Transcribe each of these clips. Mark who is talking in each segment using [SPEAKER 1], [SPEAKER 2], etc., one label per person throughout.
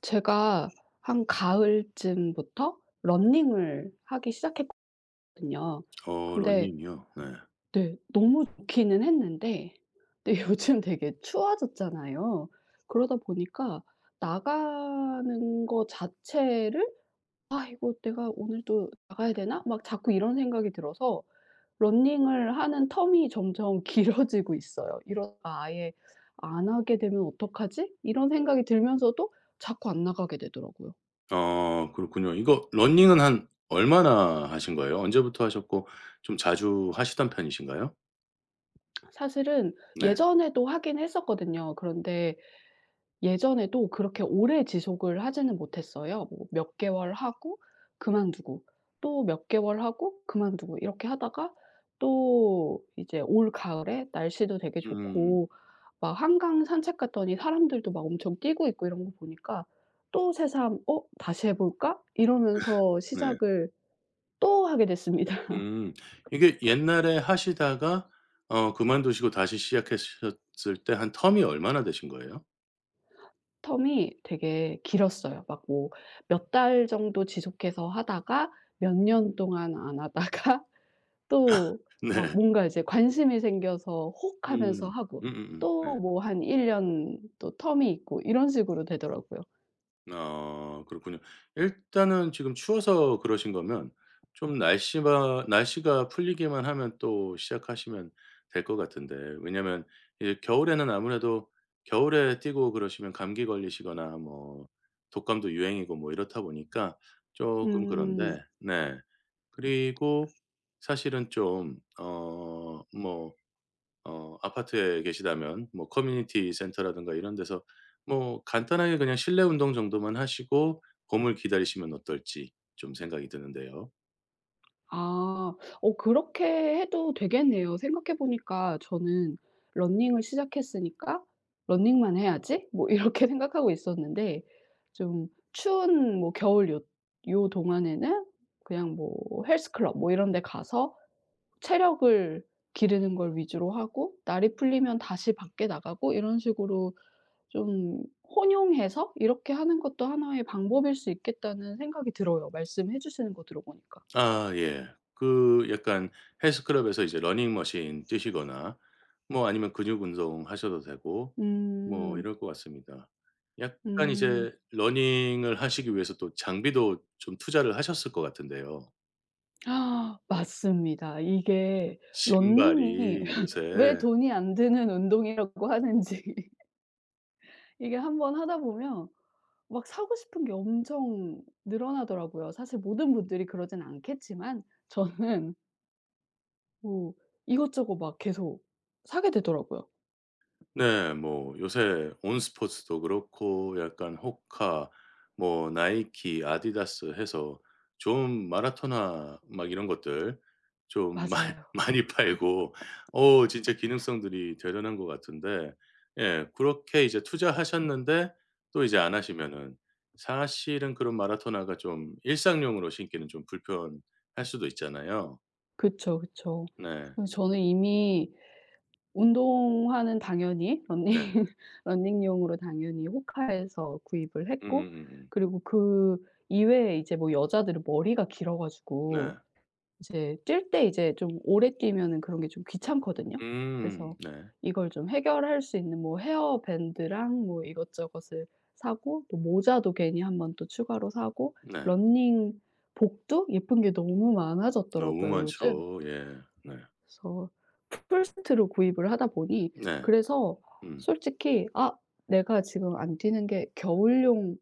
[SPEAKER 1] 제가 한 가을쯤부터 러닝을 하기 시작했거든요.
[SPEAKER 2] 어
[SPEAKER 1] 근데
[SPEAKER 2] 러닝이요? 네.
[SPEAKER 1] 네, 너무 좋기는 했는데 근데 요즘 되게 추워졌잖아요. 그러다 보니까 나가는 거 자체를 '아 이거 내가 오늘도 나가야 되나?' 막 자꾸 이런 생각이 들어서 러닝을 하는 텀이 점점 길어지고 있어요. '이러다가 아예 안 하게 되면 어떡하지?' 이런 생각이 들면서도 자꾸 안 나가게 되더라고요.
[SPEAKER 2] 어 그렇군요. 이거 러닝은 한 얼마나 하신 거예요? 언제부터 하셨고 좀 자주 하시던 편이신가요?
[SPEAKER 1] 사실은
[SPEAKER 2] 네.
[SPEAKER 1] 예전에도 하긴 했었거든요. 그런데 예전에도 그렇게 오래 지속을 하지는 못했어요. 뭐 몇 개월 하고 그만두고 또 몇 개월 하고 그만두고 이렇게 하다가 또 이제 올 가을에 날씨도 되게
[SPEAKER 2] 음.
[SPEAKER 1] 좋고 막 한강 산책 갔더니 사람들도 막 엄청 뛰고 있고 이런 거 보니까 또 새삼 '어 다시 해 볼까?' 이러면서
[SPEAKER 2] 네.
[SPEAKER 1] 시작을 또 하게 됐습니다.
[SPEAKER 2] 음. 이게 옛날에 하시다가 어 그만두시고 다시 시작하셨을 때 한 텀이 얼마나 되신 거예요?
[SPEAKER 1] 텀이 되게 길었어요. 막 뭐 몇 달 정도 지속해서 하다가 몇 년 동안 안 하다가 또 막
[SPEAKER 2] 네.
[SPEAKER 1] 뭔가 이제 관심이 생겨서 혹 하면서
[SPEAKER 2] 음.
[SPEAKER 1] 하고
[SPEAKER 2] 네.
[SPEAKER 1] 또 뭐 한 1년 년 또 텀이 있고 이런 식으로 되더라고요.
[SPEAKER 2] 아 그렇군요. 일단은 지금 추워서 그러신 거면 좀 날씨가 풀리기만 하면 또 시작하시면 될 것 같은데 왜냐면 이제 겨울에는 아무래도 겨울에 뛰고 그러시면 감기 걸리시거나 뭐 독감도 유행이고 뭐 이렇다 보니까 조금
[SPEAKER 1] 음.
[SPEAKER 2] 그런데 네. 그리고 사실은 좀어뭐 어 아파트에 계시다면 뭐 커뮤니티 센터라든가 이런 데서 뭐 간단하게 그냥 실내 운동 정도만 하시고 봄을 기다리시면 어떨지 좀 생각이 드는데요.
[SPEAKER 1] 아. 어 그렇게 해도 되겠네요. 생각해 보니까 저는 '러닝을 시작했으니까 러닝만 해야지.' 뭐 이렇게 생각하고 있었는데 좀 추운 뭐 겨울 요 동안에는 그냥 뭐 헬스 클럽 뭐 이런 데 가서 체력을 기르는 걸 위주로 하고 날이 풀리면 다시 밖에 나가고 이런 식으로 좀 혼용해서 이렇게 하는 것도 하나의 방법일 수 있겠다는 생각이 들어요, 말씀해 주시는 거 들어보니까.
[SPEAKER 2] 아 예. 그 약간 헬스클럽에서 이제 러닝머신 뛰시거나 뭐 아니면 근육 운동 하셔도 되고 뭐
[SPEAKER 1] 음.
[SPEAKER 2] 이럴 것 같습니다. 약간
[SPEAKER 1] 음.
[SPEAKER 2] 이제 러닝을 하시기 위해서 또 장비도 좀 투자를 하셨을 것 같은데요.
[SPEAKER 1] 아 맞습니다. 이게
[SPEAKER 2] 신발이
[SPEAKER 1] 러닝이 왜
[SPEAKER 2] 요새
[SPEAKER 1] 돈이 안 드는 운동이라고 하는지 이게 한번 하다 보면 막 사고 싶은 게 엄청 늘어나더라고요. 사실 모든 분들이 그러진 않겠지만 저는 뭐 이것저것 막 계속 사게 되더라고요.
[SPEAKER 2] 네. 뭐 요새 온스포츠도 그렇고 약간 호카 뭐 나이키, 아디다스 해서 좀 마라토나 막 이런 것들 좀 많이
[SPEAKER 1] 맞아요.
[SPEAKER 2] 많이 팔고 어 진짜 기능성들이 대단한 것 같은데 예 그렇게 이제 투자하셨는데 또 이제 안 하시면은 사실은 그런 마라토나가 좀 일상용으로 신기는 좀 불편할 수도 있잖아요.
[SPEAKER 1] 그쵸, 그쵸.
[SPEAKER 2] 네.
[SPEAKER 1] 그래서 저는 이미 운동화는 당연히 러닝
[SPEAKER 2] 네.
[SPEAKER 1] 러닝용으로 당연히 호카에서 구입을 했고
[SPEAKER 2] 음음음음.
[SPEAKER 1] 그리고 그 이외에 이제 뭐 여자들은 머리가 길어 가지고
[SPEAKER 2] 네.
[SPEAKER 1] 이제 뛸 때 이제 좀 오래 뛰면은 그런 게 좀 귀찮거든요.
[SPEAKER 2] 음.
[SPEAKER 1] 그래서
[SPEAKER 2] 네.
[SPEAKER 1] 이걸 좀 해결할 수 있는 뭐 헤어밴드랑 뭐 이것저것을 사고 또 모자도 괜히 한번 또 추가로 사고
[SPEAKER 2] 네.
[SPEAKER 1] 러닝복도 예쁜 게 너무
[SPEAKER 2] 너무
[SPEAKER 1] 많아졌더라고요, 요즘.
[SPEAKER 2] 많죠. 예. 네.
[SPEAKER 1] 그래서 풀세트로 구입을 하다 보니,
[SPEAKER 2] 네.
[SPEAKER 1] 그래서
[SPEAKER 2] 음.
[SPEAKER 1] 솔직히 '아 내가 지금 안 뛰는 게 겨울용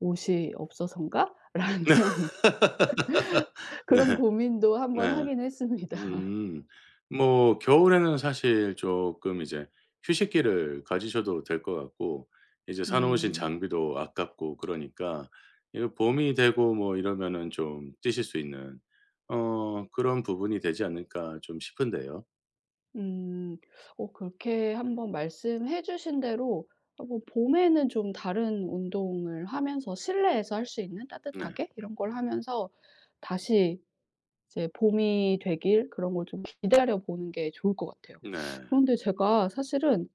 [SPEAKER 1] 옷이 없어서인가?'라는
[SPEAKER 2] 네.
[SPEAKER 1] 그런 고민도 한번
[SPEAKER 2] 네.
[SPEAKER 1] 하긴 했습니다.
[SPEAKER 2] 음. 뭐 겨울에는 사실 조금 이제 휴식기를 가지셔도 될 것 같고 이제 사 놓으신
[SPEAKER 1] 음.
[SPEAKER 2] 장비도 아깝고 그러니까 이거 봄이 되고 뭐 이러면은 좀 뛰실 수 있는 어 그런 부분이 되지 않을까 좀 싶은데요.
[SPEAKER 1] 음. 어 그렇게, 한번 말씀해 주신 대로 한 봄에는 좀 다른 운동을 하면서 실내에서 할 수 있는
[SPEAKER 2] 네.
[SPEAKER 1] 따뜻하게 이런 걸 하면서 다시 이제 봄이 되길, 그런 걸 좀 기다려 보는 게 좋을 것 같아요.
[SPEAKER 2] 네.
[SPEAKER 1] 그런데 제가 사실은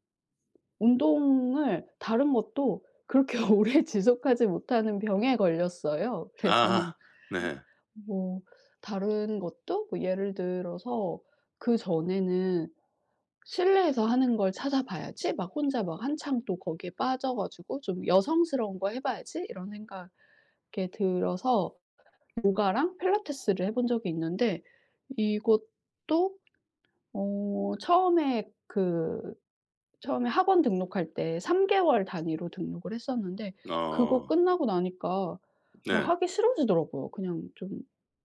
[SPEAKER 1] 운동을 다른 것도 그렇게 오래 지속하지 못하는 병에 걸렸어요. 그래서
[SPEAKER 2] 아. 네.
[SPEAKER 1] 뭐 다른 것도 뭐 예를 들어서 그전에는 실내에서 하는 걸 찾아봐야지 막 혼자 막 한창 또 거기에 빠져 가지고 '좀 여성스러운 거 해 봐야지.' 이런 생각에 들어서 요가랑 필라테스를 해본 적이 있는데 이것도 어 처음에 그 처음에 학원 등록할 때 3개월 개월 단위로 등록을 했었는데 그거
[SPEAKER 2] 어.
[SPEAKER 1] 끝나고 나니까 그냥
[SPEAKER 2] 네.
[SPEAKER 1] 하기 싫어지더라고요. 그냥 좀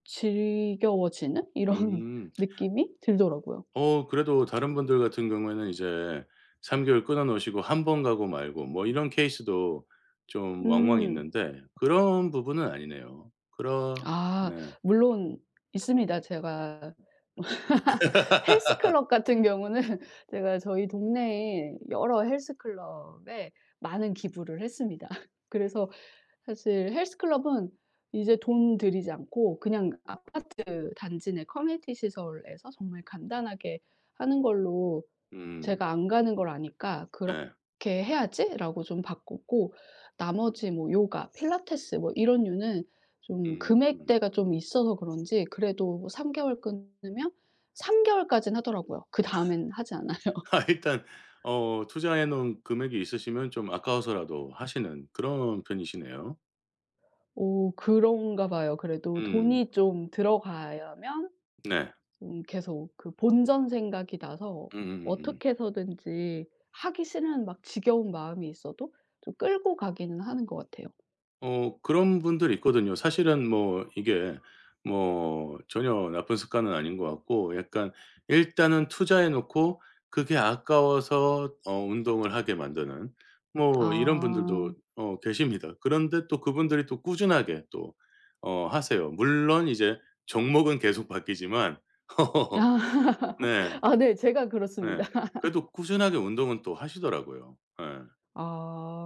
[SPEAKER 1] 지겨워지는 이런
[SPEAKER 2] 음.
[SPEAKER 1] 느낌이 들더라고요.
[SPEAKER 2] 어 그래도 다른 분들 같은 경우에는 이제 3 개월 끊어 놓으시고 한번 가고 말고 뭐 이런 케이스도 좀 왕왕
[SPEAKER 1] 음.
[SPEAKER 2] 있는데 그런 부분은 아니네요. 그런
[SPEAKER 1] 아
[SPEAKER 2] 네.
[SPEAKER 1] 물론 있습니다. 제가 헬스클럽 같은 경우는 제가 저희 동네에 여러 헬스클럽에 많은 기부를 했습니다. 그래서 사실 헬스클럽은 이제 돈 들이지 않고 그냥 아파트 단지 내 커뮤니티 시설에서 정말 간단하게 하는 걸로,
[SPEAKER 2] 음
[SPEAKER 1] 제가 안 가는 걸 아니까
[SPEAKER 2] 네.
[SPEAKER 1] '그렇게 해야지.'라고 좀 바꿨고 나머지 뭐 요가, 필라테스 뭐 이런 류는 좀
[SPEAKER 2] 음.
[SPEAKER 1] 금액대가 좀 있어서 그런지 그래도 뭐 3개월 개월 끊으면 3개월 개월까지는 하더라고요. 그다음엔 하지 않아요.
[SPEAKER 2] 아 일단 어 투자해 놓은 금액이 있으시면 좀 아까워서라도 하시는 그런 편이시네요.
[SPEAKER 1] 오, 그런가 봐요. 그래도
[SPEAKER 2] 음.
[SPEAKER 1] 돈이 좀 들어가야면
[SPEAKER 2] 네.
[SPEAKER 1] 계속 그 본전 생각이 나서
[SPEAKER 2] 음음음음.
[SPEAKER 1] 어떻게 해서든지 하기 싫은 막 지겨운 마음이 있어도 좀 끌고 가기는 하는 것 같아요.
[SPEAKER 2] 어 그런 분들 있거든요. 사실은 뭐 이게 뭐 전혀 나쁜 습관은 아닌 것 같고 약간 일단은 투자해 놓고 그게 아까워서 어 운동을 하게 만드는 뭐 이런
[SPEAKER 1] 아.
[SPEAKER 2] 분들도 어 계십니다. 그런데 또 그분들이 또 꾸준하게 또 어 하세요. 물론 이제 종목은 계속 바뀌지만 네.
[SPEAKER 1] 아, 네. 제가 그렇습니다.
[SPEAKER 2] 네. 그래도 꾸준하게 운동은 또 하시더라고요. 네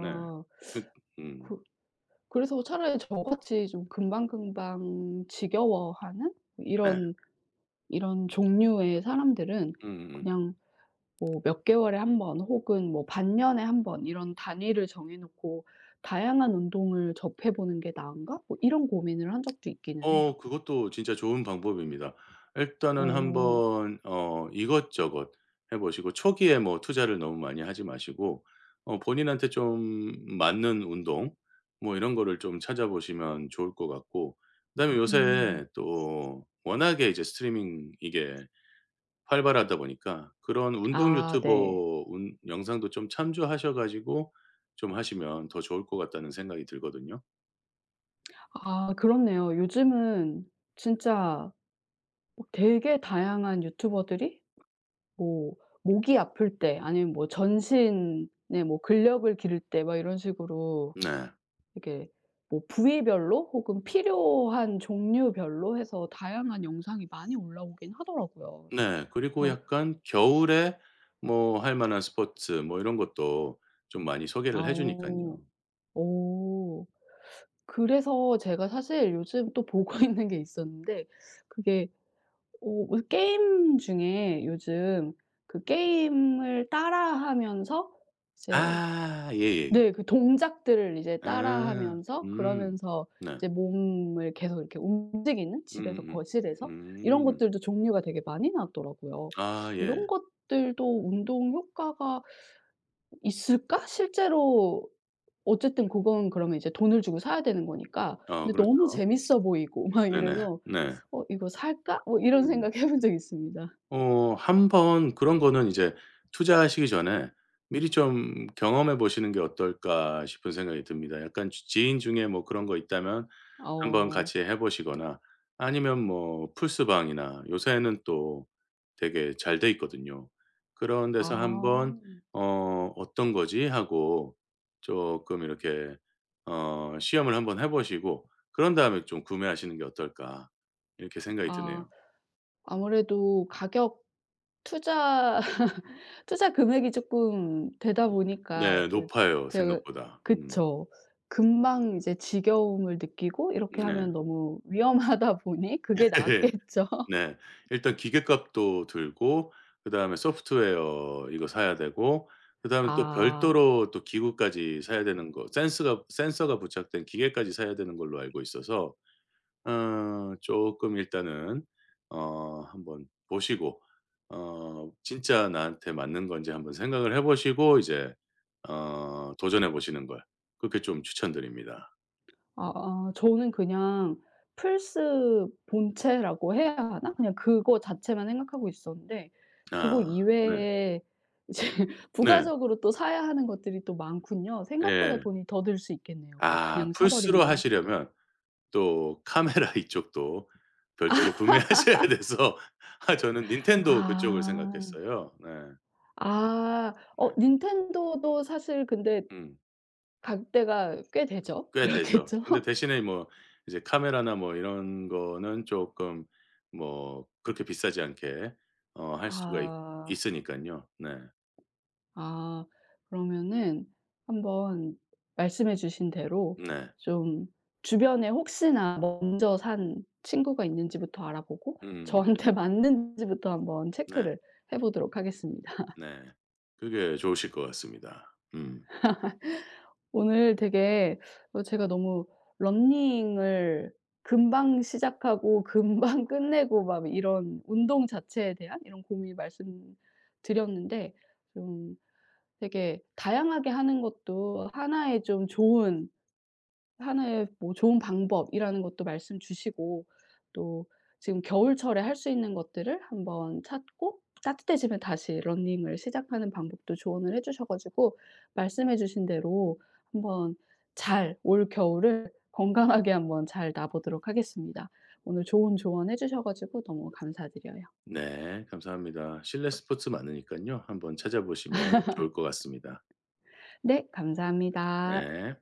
[SPEAKER 2] 네. 그 음.
[SPEAKER 1] 그 그래서 차라리 저같이 좀 금방금방 지겨워하는
[SPEAKER 2] 네.
[SPEAKER 1] 이런 종류의 사람들은
[SPEAKER 2] 음음
[SPEAKER 1] 그냥 뭐 몇 개월에 한 번 혹은 뭐 반년에 한 번 이런 단위를 정해 놓고 '다양한 운동을 접해 보는 게 나은가?' 뭐 이런 고민을 한 적도 있기는 해요.
[SPEAKER 2] 어 그것도 진짜 좋은 방법입니다. 일단은
[SPEAKER 1] 어.
[SPEAKER 2] 한번 어 이것저것 해 보시고 초기에 뭐 투자를 너무 많이 하지 마시고 어 본인한테 좀 맞는 운동 뭐 이런 거를 좀 찾아보시면 좋을 것 같고 그다음에
[SPEAKER 1] 음.
[SPEAKER 2] 요새 또 워낙에 이제 스트리밍 이게 활발하다 보니까 그런 운동
[SPEAKER 1] 아, 네.
[SPEAKER 2] 유튜버 운 영상도 좀 참조하셔 가지고 좀 하시면 더 좋을 것 같다는 생각이 들거든요.
[SPEAKER 1] 아, 그렇네요. 요즘은 진짜 막 되게 다양한 유튜버들이 뭐 목이 아플 때 아니면 뭐 전신에 뭐 근력을 기를 때 막 이런 식으로
[SPEAKER 2] 네.
[SPEAKER 1] 이게 뭐 부위별로 혹은 필요한 종류별로 해서 다양한 영상이 많이 올라오긴 하더라고요.
[SPEAKER 2] 네. 그리고
[SPEAKER 1] 그래서
[SPEAKER 2] 약간 겨울에 뭐 할 만한 스포츠 뭐 이런 것도 좀 많이 소개를 해
[SPEAKER 1] 어
[SPEAKER 2] 주니깐요.
[SPEAKER 1] 어 그래서 제가 사실 요즘 또 보고 있는 게 있었는데, 그게 어 뭐 게임 중에 요즘 그 게임을 따라하면서 이제,
[SPEAKER 2] 아 예예.
[SPEAKER 1] 네. 그 동작들을 이제
[SPEAKER 2] 아.
[SPEAKER 1] 따라하면서
[SPEAKER 2] 음.
[SPEAKER 1] 그러면서
[SPEAKER 2] 네.
[SPEAKER 1] 이제 몸을 계속 이렇게 움직이는, 집에서
[SPEAKER 2] 음음음. 음.
[SPEAKER 1] 거실에서 이런
[SPEAKER 2] 음.
[SPEAKER 1] 것들도 종류가 되게 많이 나왔더라고요.
[SPEAKER 2] 아 예.
[SPEAKER 1] '이런 것들도 운동 효과가 있을까?' 실제로 어쨌든 그건 그러면 이제 돈을 주고 사야 되는 거니까.
[SPEAKER 2] 어
[SPEAKER 1] 근데 너무
[SPEAKER 2] 그렇죠.
[SPEAKER 1] 재밌어 보이고 막
[SPEAKER 2] 네네.
[SPEAKER 1] 이래서
[SPEAKER 2] 네.
[SPEAKER 1] '어 이거 살까?' 뭐 이런
[SPEAKER 2] 음.
[SPEAKER 1] 생각 해본 적이 있습니다.
[SPEAKER 2] 어 한번 그런 거는 이제 투자하시기 전에 미리 좀 경험해 보시는 게 어떨까 싶은 생각이 듭니다. 약간 지 지인 중에 뭐 그런 거 있다면 한번
[SPEAKER 1] 어.
[SPEAKER 2] 같이 해 보시거나 아니면 뭐 풀스방이나 요새는 또 되게 잘 돼 있거든요. 그런 데서
[SPEAKER 1] 아.
[SPEAKER 2] 한번 '어 어떤 거지?' 하고 조금 이렇게 어 시험을 한번 해 보시고 그런 다음에 좀 구매하시는 게 어떨까 이렇게 생각이
[SPEAKER 1] 아.
[SPEAKER 2] 드네요.
[SPEAKER 1] 아무래도 가격 투자 투자 금액이 조금 되다 보니까
[SPEAKER 2] 네.
[SPEAKER 1] 또,
[SPEAKER 2] 높아요
[SPEAKER 1] 제가,
[SPEAKER 2] 생각보다. 음.
[SPEAKER 1] 그쵸, 금방 이제 지겨움을 느끼고 이렇게
[SPEAKER 2] 네.
[SPEAKER 1] 하면 너무 위험하다 보니 그게 낫겠죠.
[SPEAKER 2] 네. 일단 기계값도 들고 그다음에 소프트웨어 이거 사야 되고 그다음에 또
[SPEAKER 1] 아.
[SPEAKER 2] 별도로 또 기구까지 사야 되는 거 센스가 센서가 부착된 기계까지 사야 되는 걸로 알고 있어서 어 쪼끔 일단은 어 한번 보시고 어 진짜 나한테 맞는 건지 한번 생각을 해 보시고 이제 어 도전해 보시는 걸 그렇게 좀 추천드립니다.
[SPEAKER 1] 아, 저는 그냥 플스 본체라고 해야 하나? 그냥 그거 자체만 생각하고 있었는데 그거
[SPEAKER 2] 아 네.
[SPEAKER 1] 이외에 이제
[SPEAKER 2] 네.
[SPEAKER 1] 부가적으로 또 사야 하는 것들이 또 많군요. 생각보다
[SPEAKER 2] 예.
[SPEAKER 1] 돈이 더 들 수 있겠네요, 그거 그냥
[SPEAKER 2] 아
[SPEAKER 1] 사
[SPEAKER 2] 풀스로
[SPEAKER 1] 버리면은.
[SPEAKER 2] 하시려면 또 카메라 이쪽도 별도로 구매하셔야 돼서 아 저는 닌텐도 그쪽을
[SPEAKER 1] 아.
[SPEAKER 2] 생각했어요. 네.
[SPEAKER 1] 아.
[SPEAKER 2] 네.
[SPEAKER 1] 어 닌텐도도 사실 근데
[SPEAKER 2] 음.
[SPEAKER 1] 갈 때가 꽤 되죠?
[SPEAKER 2] 꽤 되죠.
[SPEAKER 1] 그렇겠죠?
[SPEAKER 2] 근데 대신에 뭐 이제 카메라나 뭐 이런 거는 쪼끔 뭐 그렇게 비싸지 않게 어 할 수가 있
[SPEAKER 1] 아.
[SPEAKER 2] 있으니깐요. 네.
[SPEAKER 1] 아, 그러면은 한번 말씀해 주신 대로
[SPEAKER 2] 네.
[SPEAKER 1] 좀 주변에 혹시나 먼저 산 친구가 있는지부터 알아보고
[SPEAKER 2] 음.
[SPEAKER 1] 저한테 맞는지부터 한번
[SPEAKER 2] 네.
[SPEAKER 1] 체크를 해 보도록 하겠습니다.
[SPEAKER 2] 네. 그게 좋으실 것 같습니다. 음.
[SPEAKER 1] 오늘 되게 제가 너무 러닝을 금방 시작하고 금방 끝내고 막 이런 운동 자체에 대한 이런 고민이 말씀드렸는데 좀 되게 다양하게 하는 것도 하나의 좀 좋은 하나의 뭐 좋은 방법이라는 것도 말씀 주시고 또 지금 겨울철에 할 수 있는 것들을 한번 찾고 따뜻해지면 다시 러닝을 시작하는 방법도 조언을 해 주셔 가지고 말씀해 주신 대로 한번 잘, 올 겨울을 건강하게 한번 잘 나 보도록 하겠습니다. 오늘 좋은 조언 해 주셔 가지고 너무 감사드려요.
[SPEAKER 2] 네. 감사합니다. 실내 스포츠 많으니깐요. 한번 찾아보시면 좋을 것 같습니다.
[SPEAKER 1] 네, 감사합니다.
[SPEAKER 2] 네.